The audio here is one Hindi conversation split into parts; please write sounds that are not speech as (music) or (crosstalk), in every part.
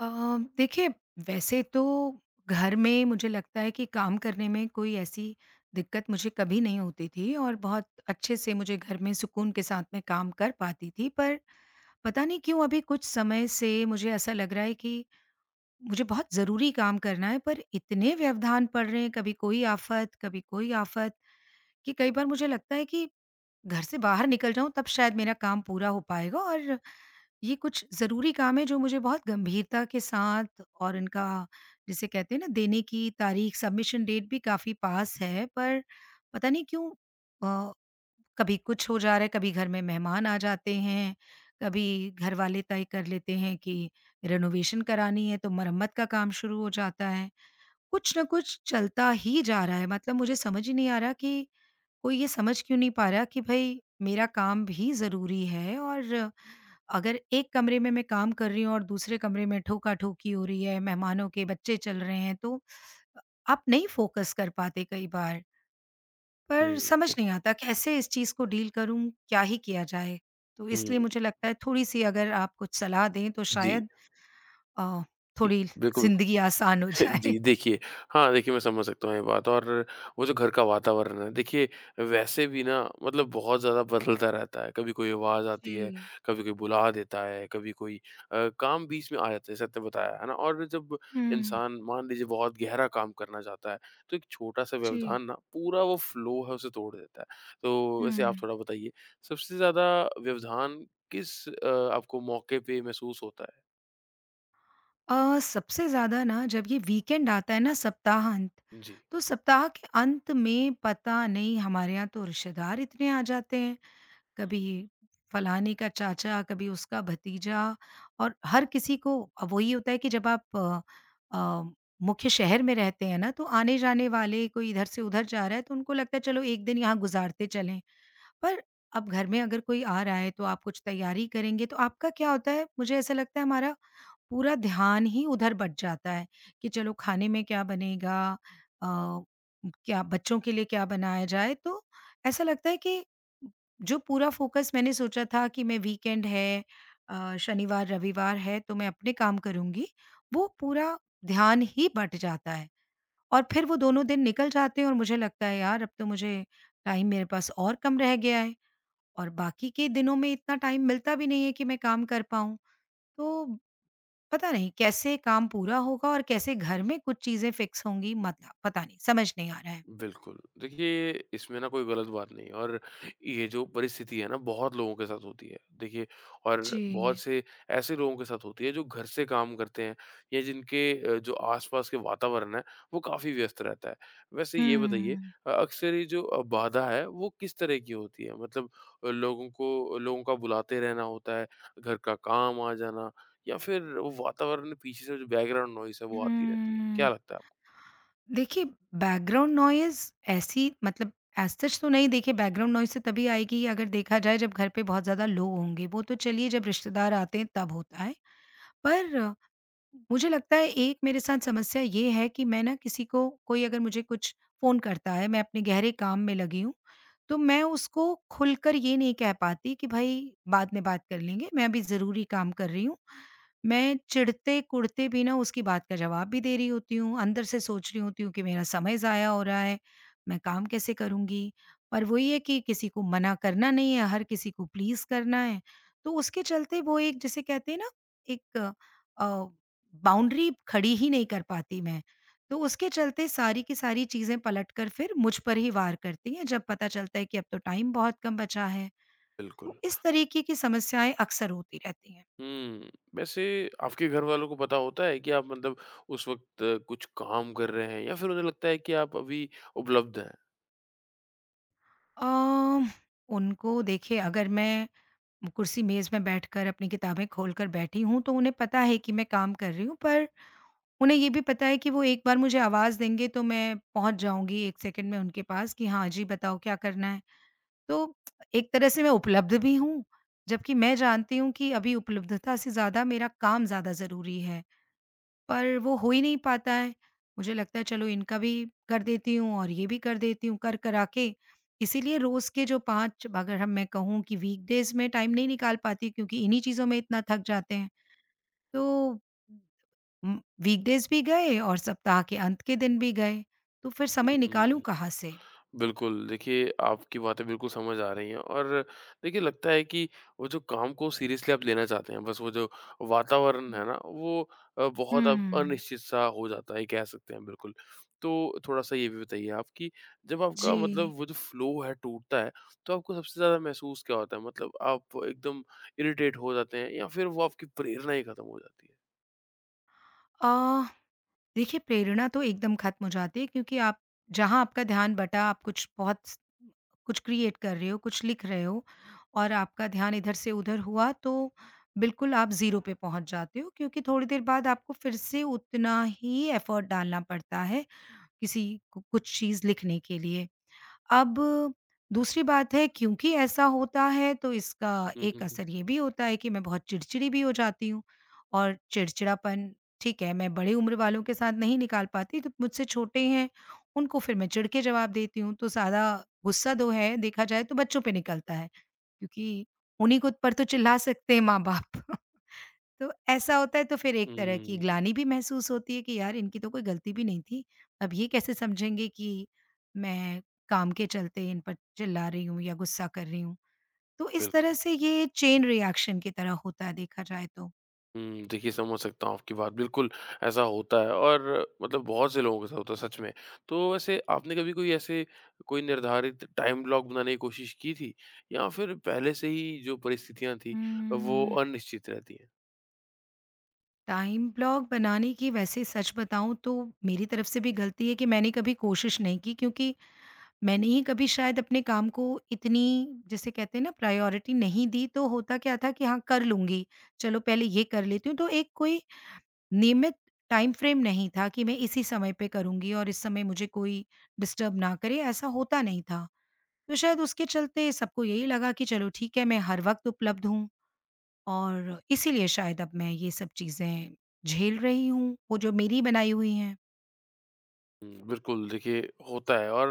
अ, देखिए, वैसे तो घर में मुझे लगता है कि काम करने में कोई ऐसी दिक्कत मुझे कभी नहीं होती थी और बहुत अच्छे से मुझे घर में सुकून के साथ में काम कर पाती थी। पर पता नहीं क्यों अभी कुछ समय से मुझे ऐसा लग रहा है कि मुझे बहुत ज़रूरी काम करना है, पर इतने व्यवधान पड़ रहे हैं, कभी कोई आफत, कभी कोई आफत, कि कई बार मुझे लगता है कि घर से बाहर निकल जाऊं तब शायद मेरा काम पूरा हो पाएगा। और ये कुछ ज़रूरी काम है जो मुझे बहुत गंभीरता के साथ और इनका जिसे कहते हैं ना देने की तारीख, सबमिशन डेट भी काफ़ी पास है। पर पता नहीं क्यों अ, कभी कुछ हो जा रहा है, कभी घर में मेहमान आ जाते हैं, कभी घर वाले तय कर लेते हैं कि रेनोवेशन करानी है तो मरम्मत का काम शुरू हो जाता है। कुछ न कुछ चलता ही जा रहा है। मतलब मुझे समझ ही नहीं आ रहा कि कोई ये समझ क्यों नहीं पा रहा कि भई मेरा काम भी ज़रूरी है। और अगर एक कमरे में मैं काम कर रही हूँ और दूसरे कमरे में ठोका-ठोकी हो रही है, मेहमानों के बच्चे चल रहे हैं, तो आप नहीं फोकस कर पाते कई बार। पर हुँ, समझ नहीं आता कैसे इस चीज़ को डील करूँ, क्या ही किया जाए? तो इसलिए हुँ। मुझे लगता है थोड़ी-सी अगर आप कुछ सलाह दें तो जी, शायद अ, थोड़ी बिल्कुल, बिल्कुल। ज़िंदगी आसान हो (laughs) जाए। जी, देखिए हाँ, देखिए मैं समझ सकता हूँ ये बात और वो जो घर का वातावरण है, देखिए वैसे भी ना मतलब बहुत ज़्यादा बदलता रहता है। कभी कोई आवाज़ (laughs) आती जी। है, कभी कोई बुला देता है, कभी कोई काम बीच में आ जाता है, जैसे आपने बताया, है ना? और जब हुँ। इंसान मान लीजिए बहुत गहरा काम करना चाहता है, तो एक छोटा-सा जी। व्यवधान ना पूरा वो फ्लो है उसे तोड़ देता है। तो वैसे आप हुँ। थोड़ा बताइए, सबसे ज़्यादा व्यवधान किस आपको मौके पे महसूस होता है? सबसे ज़्यादा ना जब ये वीकेंड आता है ना सप्ताहांत, जी। तो सप्ताह के अंत में पता नहीं हमारे यहाँ तो रिश्तेदार इतने आ जाते हैं, कभी फलाने का चाचा, कभी उसका भतीजा। और हर किसी को अब वही होता है कि जब आप अ, मुख्य शहर में रहते हैं ना, तो आने-जाने वाले कोई इधर से उधर जा रहा है, तो उनको लगता है चलो 1 दिन यहाँ गुज़ारते चलें। पर अब घर में अगर कोई आ रहा है, तो आप कुछ तैयारी करेंगे, तो आपका क्या होता है, मुझे ऐसा लगता है हमारा पूरा ध्यान ही उधर बट जाता है कि चलो खाने में क्या बनेगा, अ, क्या बच्चों के लिए क्या बनाया जाए। तो ऐसा लगता है कि जो पूरा फोकस मैंने सोचा था कि मैं वीकेंड है, शनिवार रविवार है, तो मैं अपने काम करूँगी, वो पूरा ध्यान ही बट जाता है। और फिर वो दोनों दिन निकल जाते हैं और मुझे लगता है यार अब तो मुझे टाइम मेरे पास और कम रह गया है। और बाकी के दिनों में इतना टाइम मिलता भी नहीं है कि मैं काम कर पाऊँ। तो पता नहीं कैसे काम पूरा होगा और कैसे घर में कुछ चीज़ें फिक्स होंगी, मतलब पता नहीं, समझ नहीं आ रहा है। बिल्कुल। देखिए, इसमें ना कोई गलत बात नहीं है और ये जो परिस्थिति है ना, बहुत लोगों के साथ होती है। देखिए और जी। बहुत से ऐसे लोगों के साथ होती है जो घर से काम करते हैं या जिनके जो आस-पास के वातावरण है, वो काफ़ी व्यस्त रहता है। वैसे ये बताइए हुँ। अक्सर ये जो बाधा है, वो किस तरह की होती है? मतलब लोगों को लोगों का बुलाते रहना होता है, घर का काम आ जाना या फिर वो वातावरण पीछे से जो बैकग्राउंड नॉइज़ है, वो आती रहती है? क्या हुँ। लगता है आपको? देखिए, बैकग्राउंड नॉइज़ ऐसी मतलब एज़ सच तो नहीं। देखिए बैकग्राउंड नॉइज़ तो तभी आएगी अगर देखा जाए जब घर पे बहुत ज़्यादा लोग होंगे, वो तो चलिए जब रिश्तेदार आते हैं तब होता है। पर मुझे लगता है एक मेरे साथ समस्या ये है कि मैं ना किसी को कोई अगर मुझे कुछ फ़ोन करता है, मैं अपने गहरे काम में लगी हूँ, तो मैं उसको खुलकर ये नहीं कह पाती कि भाई बाद में बात कर लेंगे, मैं अभी ज़रूरी काम कर रही हूँ। मैं चिढ़ते-कुढ़ते भी ना उसकी बात का जवाब भी दे रही होती हूँ, अंदर से सोच रही होती हूँ कि मेरा समय ज़ाया हो रहा है, मैं काम कैसे करूँगी? पर वही है कि किसी को मना करना नहीं है, हर किसी को प्लीज़ करना है। तो उसके चलते वो एक जिसे कहते हैं ना एक अ, बाउंड्री खड़ी ही नहीं कर पाती मैं। तो उसके चलते सारी की सारी चीज़ें पलटकर फिर मुझ पर ही वार करती हैं, जब पता चलता है कि अब तो टाइम बहुत कम बचा है। तो बिल्कुल। इस तरीके की समस्याएँ अक्सर होती रहती हैं। हुँ। वैसे आपके घरवालों को पता होता है कि आप मतलब उस वक़्त कुछ काम कर रहे हैं या फिर उन्हें लगता है कि आप अभी उपलब्ध हैं? अ, उनको देखिए, अगर मैं कुर्सी-मेज़ में बैठकर अपनी किताबें खोलकर बैठी हूँ, तो उन्हें पता है कि मैं काम कर रही हूँ, पर उन्हें ये भी पता है कि वो एक बार मुझे आवाज़ देंगे, तो मैं पहुँच जाऊँगी 1 सेकंड में उनके पास कि हाँ जी, बताओ क्या करना है? तो एक तरह से मैं उपलब्ध भी हूँ, जबकि मैं जानती हूँ कि अभी उपलब्धता से ज़्यादा मेरा काम ज़्यादा ज़रूरी है, पर वो हो ही नहीं पाता है। मुझे लगता है चलो इनका भी कर देती हूँ और ये भी कर देती हूँ, कर-करा के इसीलिए रोज़ के जो 5 अगर हम मैं कहूँ कि वीकडेज़ में टाइम नहीं निकाल पाती, क्योंकि इन्हीं चीज़ों में इतना थक जाते हैं। तो वीकडेज़ भी गए और सप्ताह के अंत के दिन भी गए, तो फिर समय निकालूँ हुँ। कहाँ से? बिल्कुल, देखिए आपकी बातें बिल्कुल समझ आ रही हैं और देखिए लगता है कि वो जो काम को सीरियसली आप लेना चाहते हैं, बस वो जो वातावरण है ना वो बहुत अब हुँ। अनिश्चित-सा हो जाता है, कह सकते हैं बिल्कुल। तो थोड़ा-सा ये भी बताइए आप कि जब आपका मतलब जी। वो जो फ्लो है टूटता है, तो आपको सबसे ज़्यादा महसूस क्या होता है? मतलब आप एकदम इरिटेट हो जाते हैं या फिर वो आपकी प्रेरणा ही खत्म हो जाती है? अ, देखिए, प्रेरणा तो एकदम खत्म हो जाती है क्योंकि आप जहाँ आपका ध्यान बँटा, आप कुछ बहुत स कुछ क्रिएट कर रहे हो, कुछ लिख रहे हो और आपका ध्यान इधर से उधर हुआ तो बिल्कुल आप ज़ीरो पे पहुँच जाते हो, क्योंकि थोड़ी देर बाद आपको फिर से उतना ही एफ़र्ट डालना पड़ता है, किसी कु कुछ चीज़ लिखने के लिए। अब दूसरी बात है क्योंकि ऐसा होता है तो इसका हुँ, एक हुँ, हुँ। असर ये भी होता है कि मैं बहुत चिड़चिड़ी भी हो जाती हूँ और चिड़चिड़ापन, ठीक है मैं बड़े उम्र वालों के साथ नहीं निकाल पाती तो मुझसे छोटे हैं उनको फिर मैं चिढ़ के जवाब देती हूँ, तो सारा गुस्सा दो है देखा जाए तो बच्चों पे निकलता है, क्योंकि उन्हीं को पर तो चिल्ला सकते हैं माँ बाप। तो ऐसा होता है तो फिर एक तरह की हुँ, ग्लानि भी महसूस होती है कि यार इनकी तो कोई गलती भी नहीं थी। अब ये कैसे समझेंगे कि मैं काम के चलते इन पर चिल्ला रही हूँ या गुस्सा कर रही हूँ। तो इस तरह बिल्कुल। से ये चेन रिएक्शन की तरह होता है देखा जाए तो। हुँ, देखिए समझ सकता हूँ आपकी बात। बिल्कुल, ऐसा होता है और मतलब बहुत से लोगों के साथ होता है सच में। तो वैसे आपने कभी कोई ऐसे कोई निर्धारित टाइम ब्लॉक बनाने की कोशिश की थी या फिर पहले से ही जो परिस्थितियाँ थी वो हुँ। अनिश्चित रहती हैं? टाइम ब्लॉक बनाने की वैसे सच बताऊँ तो मेरी तरफ से भी गलती है कि मैंने कभी कोशिश नहीं की, क्योंकि मैंने ही कभी शायद अपने काम को इतनी जिसे कहते हैं ना प्रायोरिटी नहीं दी, तो होता क्या था कि हाँ कर लूँगी, चलो पहले ये कर लेती हूँ, तो एक कोई नियमित टाइम फ्रेम नहीं था कि मैं इसी समय पे करूँगी और इस समय मुझे कोई डिस्टर्ब ना करे, ऐसा होता नहीं था। तो शायद उसके चलते सबको यही लगा कि चलो ठीक है मैं हर वक़्त उपलब्ध हूँ। और इसीलिए शायद अब मैं ये सब चीज़ें झेल रही हूँ, वो जो मेरी बनाई हुई हैं। हुँ, बिल्कुल देखिए होता है और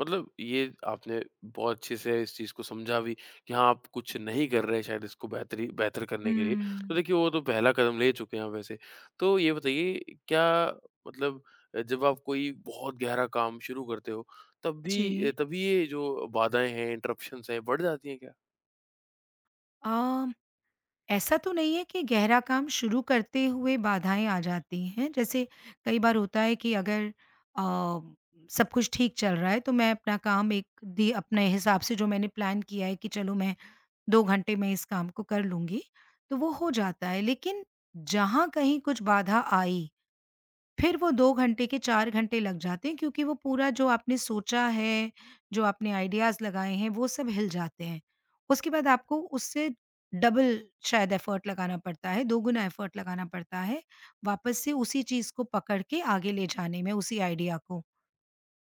मतलब ये आपने बहुत अच्छे से इस चीज़ को समझा भी कि हाँ, आप कुछ नहीं कर रहे शायद इसको बेहतर करने के लिए। तो हुँ। देखिए वो तो पहला कदम ले चुके हैं आप वैसे। तो ये बताइए क्या मतलब जब आप कोई बहुत गहरा काम शुरू करते हो जी। तभी ये जो बाधाएँ हैं, इंटरप्शंस हैं, बढ़ जाती हैं क्या? अ, ऐसा तो नहीं है कि गहरा काम शुरू करते हुए बाधाएँ आ जाती हैं। जैसे कई बार होता है कि अगर अ, सब कुछ ठीक चल रहा है तो मैं अपना काम एक दि अपने हिसाब से जो मैंने प्लान किया है कि चलो मैं 2 घंटे में इस काम को कर लूँगी, तो वो हो जाता है। लेकिन जहाँ कहीं कुछ बाधा आई फिर वो 2 घंटे के 4 घंटे लग जाते हैं, क्योंकि वो पूरा जो आपने सोचा है, जो आपने आइडियाज़ लगाए हैं, वो सब हिल जाते हैं। उसके बाद आपको उससे डबल शायद एफ़र्ट लगाना पड़ता है, दोगुना एफ़र्ट लगाना पड़ता है, वापस से उसी चीज़ को पकड़ के आगे ले जाने में, उसी आइडिया को।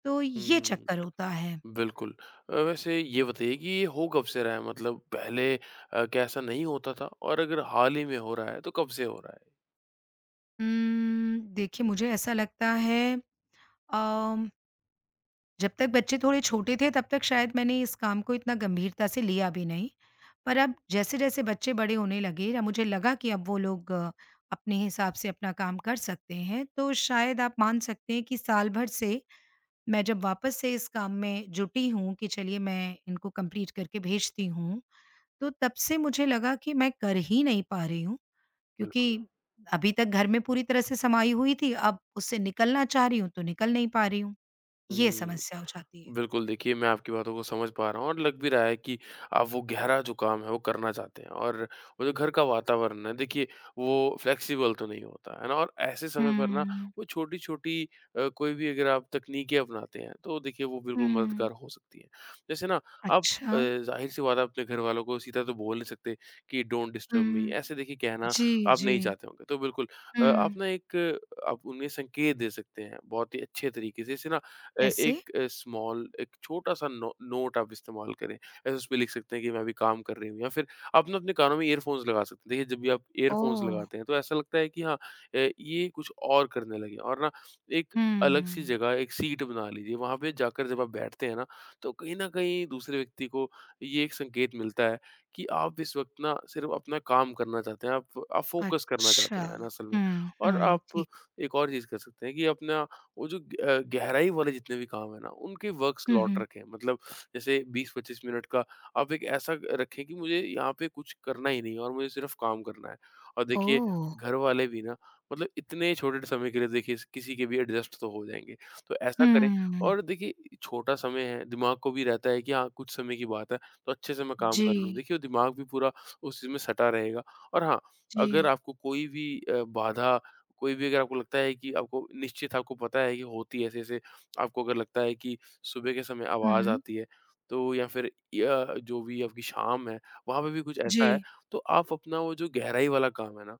तो ये हुँ, चक्कर होता है। बिल्कुल। वैसे ये बताइए कि ये हो कब से रहा है? मतलब पहले क्या ऐसा नहीं होता था? और अगर हाल ही में हो रहा है तो कब से हो रहा देखिए मुझे ऐसा लगता है अम जब तक बच्चे थोड़े छोटे थे तब तक शायद मैंने इस काम को इतना गंभीरता से लिया भी नहीं। पर अब जैसे-जैसे बच्चे बड़े होने लगे या मुझे लगा कि अब वो लोग अपने हिसाब से अपना काम कर सकते हैं, तो शायद आप मान सकते हैं कि साल भर से मैं जब वापस से इस काम में जुटी हूँ कि चलिए मैं इनको कंप्लीट करके भेजती हूँ, तो तब से मुझे लगा कि मैं कर ही नहीं पा रही हूँ, क्योंकि है? अभी तक घर में पूरी तरह से समाई हुई थी, अब उससे निकलना चाह रही हूँ तो निकल नहीं पा रही हूँ। ये हुँ। समस्या हो जाती है। बिल्कुल, देखिए मैं आपकी बातों को समझ पा रहा हूँ और लग भी रहा है कि आप वो गहरा जो काम है वो करना चाहते हैं और वो जो घर का वातावरण है देखिए वो फ्लेक्सिबल तो नहीं होता, है ना? और ऐसे समय पर ना हुँ, वो छोटी-छोटी कोई भी अगर आप तकनीकें अपनाते हैं तो देखिए वो बिल्कुल हुँ। मददगार हो सकती हैं। जैसे ना आप अच्छा, ज़ाहिर-सी बात है अपने घरवालों को सीधा तो बोल नहीं सकते कि डोंट डिस्टर्ब मी हुँ। ऐसे देखिए कहना जी, आप जी। नहीं चाहते होंगे। तो बिल्कुल आप हुँ, ना आप उन्हें संकेत दे सकते हैं बहुत ही अच्छे तरीके से। इससे ना अ, कैसे? एक अ, स्मॉल एक छोटा-सा नो नोट आप इस्तेमाल करें। ऐसे उसपे लिख सकते हैं कि मैं अभी काम कर रही हूँ या फिर आप ना अपने कानों में ईयरफ़ोन्स लगा सकते हैं। देखिए, जब भी आप ईयरफ़ोन्स ओह! लगाते हैं तो ऐसा लगता है कि हाँ ये कुछ और करने लगे और ना एक अलग-सी हुँ, जगह एक सीट बना लीजिए। वहाँ पे जाकर जब आप बैठते हैं ना, तो कहीं न कहीं दूसरे व्यक्ति को ये एक संकेत मिलता है कि आप इस वक़्त ना सिर्फ़ अपना काम करना चाहते हैं, आप फ़ोकस करना चाहते अच्छा। हैं, है ना, असल में। हुँ, और हुँ, आप ठीक। एक और चीज़ कर सकते हैं कि अपना वो जो गहराई वाले जितने भी काम हैं ना, उनके वर्क हुँ, स्लॉट हुँ। रखें। मतलब जैसे 20-25 मिनट का आप एक ऐसा रखें कि मुझे यहाँ पे कुछ करना ही नहीं है और मुझे सिर्फ़ काम करना है। और देखिए ओह! घर वाले भी ना मतलब इतने छोटे समय के लिए देखिए किसी के भी एडजस्ट तो हो जाएँगे। तो ऐसा करें हुँ, और देखिए छोटा समय है, दिमाग को भी रहता है कि हाँ, कुछ समय की बात है तो अच्छे से मैं काम कर लूँ। जी, देखिए वो दिमाग भी पूरा उस चीज़ में सटा रहेगा और हाँ, जी। अगर आपको कोई भी बाधा कोई भी अगर आपको लगता है कि आपको निश्चित आपको पता है कि होती है ऐसे-ऐसे, आपको अगर लगता है कि सुबह के समय आवाज़ हुँ, आती है, तो या फिर या जो भी आपकी शाम है, वहाँ पे भी कुछ जी। ऐसा है, तो आप अपना वो जो गहराई वाला काम है ना,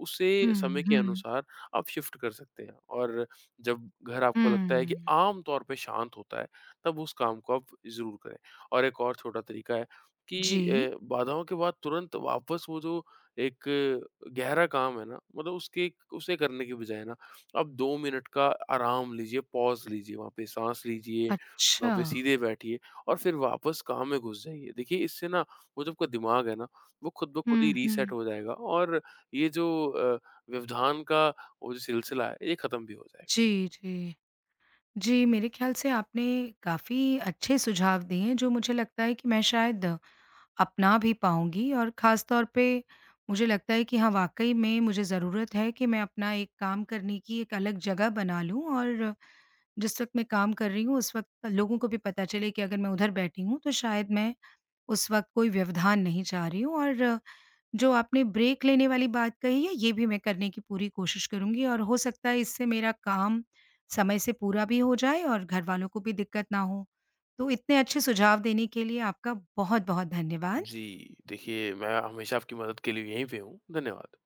उसे समय हुँ, के हुँ, अनुसार आप शिफ्ट कर सकते हैं और जब घर आपको लगता है कि हुँ। आम तौर पे शांत होता है, तब उस काम को आप ज़रूर करें। और एक और छोटा तरीका है कि जी, बाधाओं के बाद तुरंत वापस वो जो एक गहरा काम है ना मतलब उसके उसे करने के बजाय ना आप 2 मिनट का आराम लीजिए, पॉज़ लीजिए, वहाँ पे साँस लीजिए, वहाँ अच्छा। पे सीधे बैठिए और फिर वापस काम में घुस जाइए। देखिए इससे ना वो जो आपका दिमाग है ना, वो खुद ब खुद ही हुँ, रीसेट हुँ। हो जाएगा और ये जो व्यवधान का वो जो सिलसिला है, ये खत्म भी हो जाएगा। जी, जी। जी, मेरे ख़्याल से आपने काफ़ी अच्छे सुझाव दिए हैं, जो मुझे लगता है कि मैं शायद अपना भी पाऊँगी। और ख़ास तौर पे मुझे लगता है कि हाँ, वाक़ई में मुझे ज़रूरत है कि मैं अपना एक काम करने की एक अलग जगह बना लूँ। और जिस वक़्त मैं काम कर रही हूँ, उस वक़्त लोगों को भी पता चले कि अगर मैं उधर बैठी हूँ, तो शायद मैं उस वक़्त कोई व्यवधान नहीं चाह रही हूँ। और जो आपने ब्रेक लेने वाली बात कही है, ये भी मैं करने की पूरी कोशिश करूँगी और हो सकता है इससे मेरा काम समय से पूरा भी हो जाए और घरवालों को भी दिक्कत ना हो। तो इतने अच्छे सुझाव देने के लिए आपका बहुत-बहुत धन्यवाद। जी, देखिए मैं हमेशा आपकी मदद के लिए यहीं पे हूँ। धन्यवाद।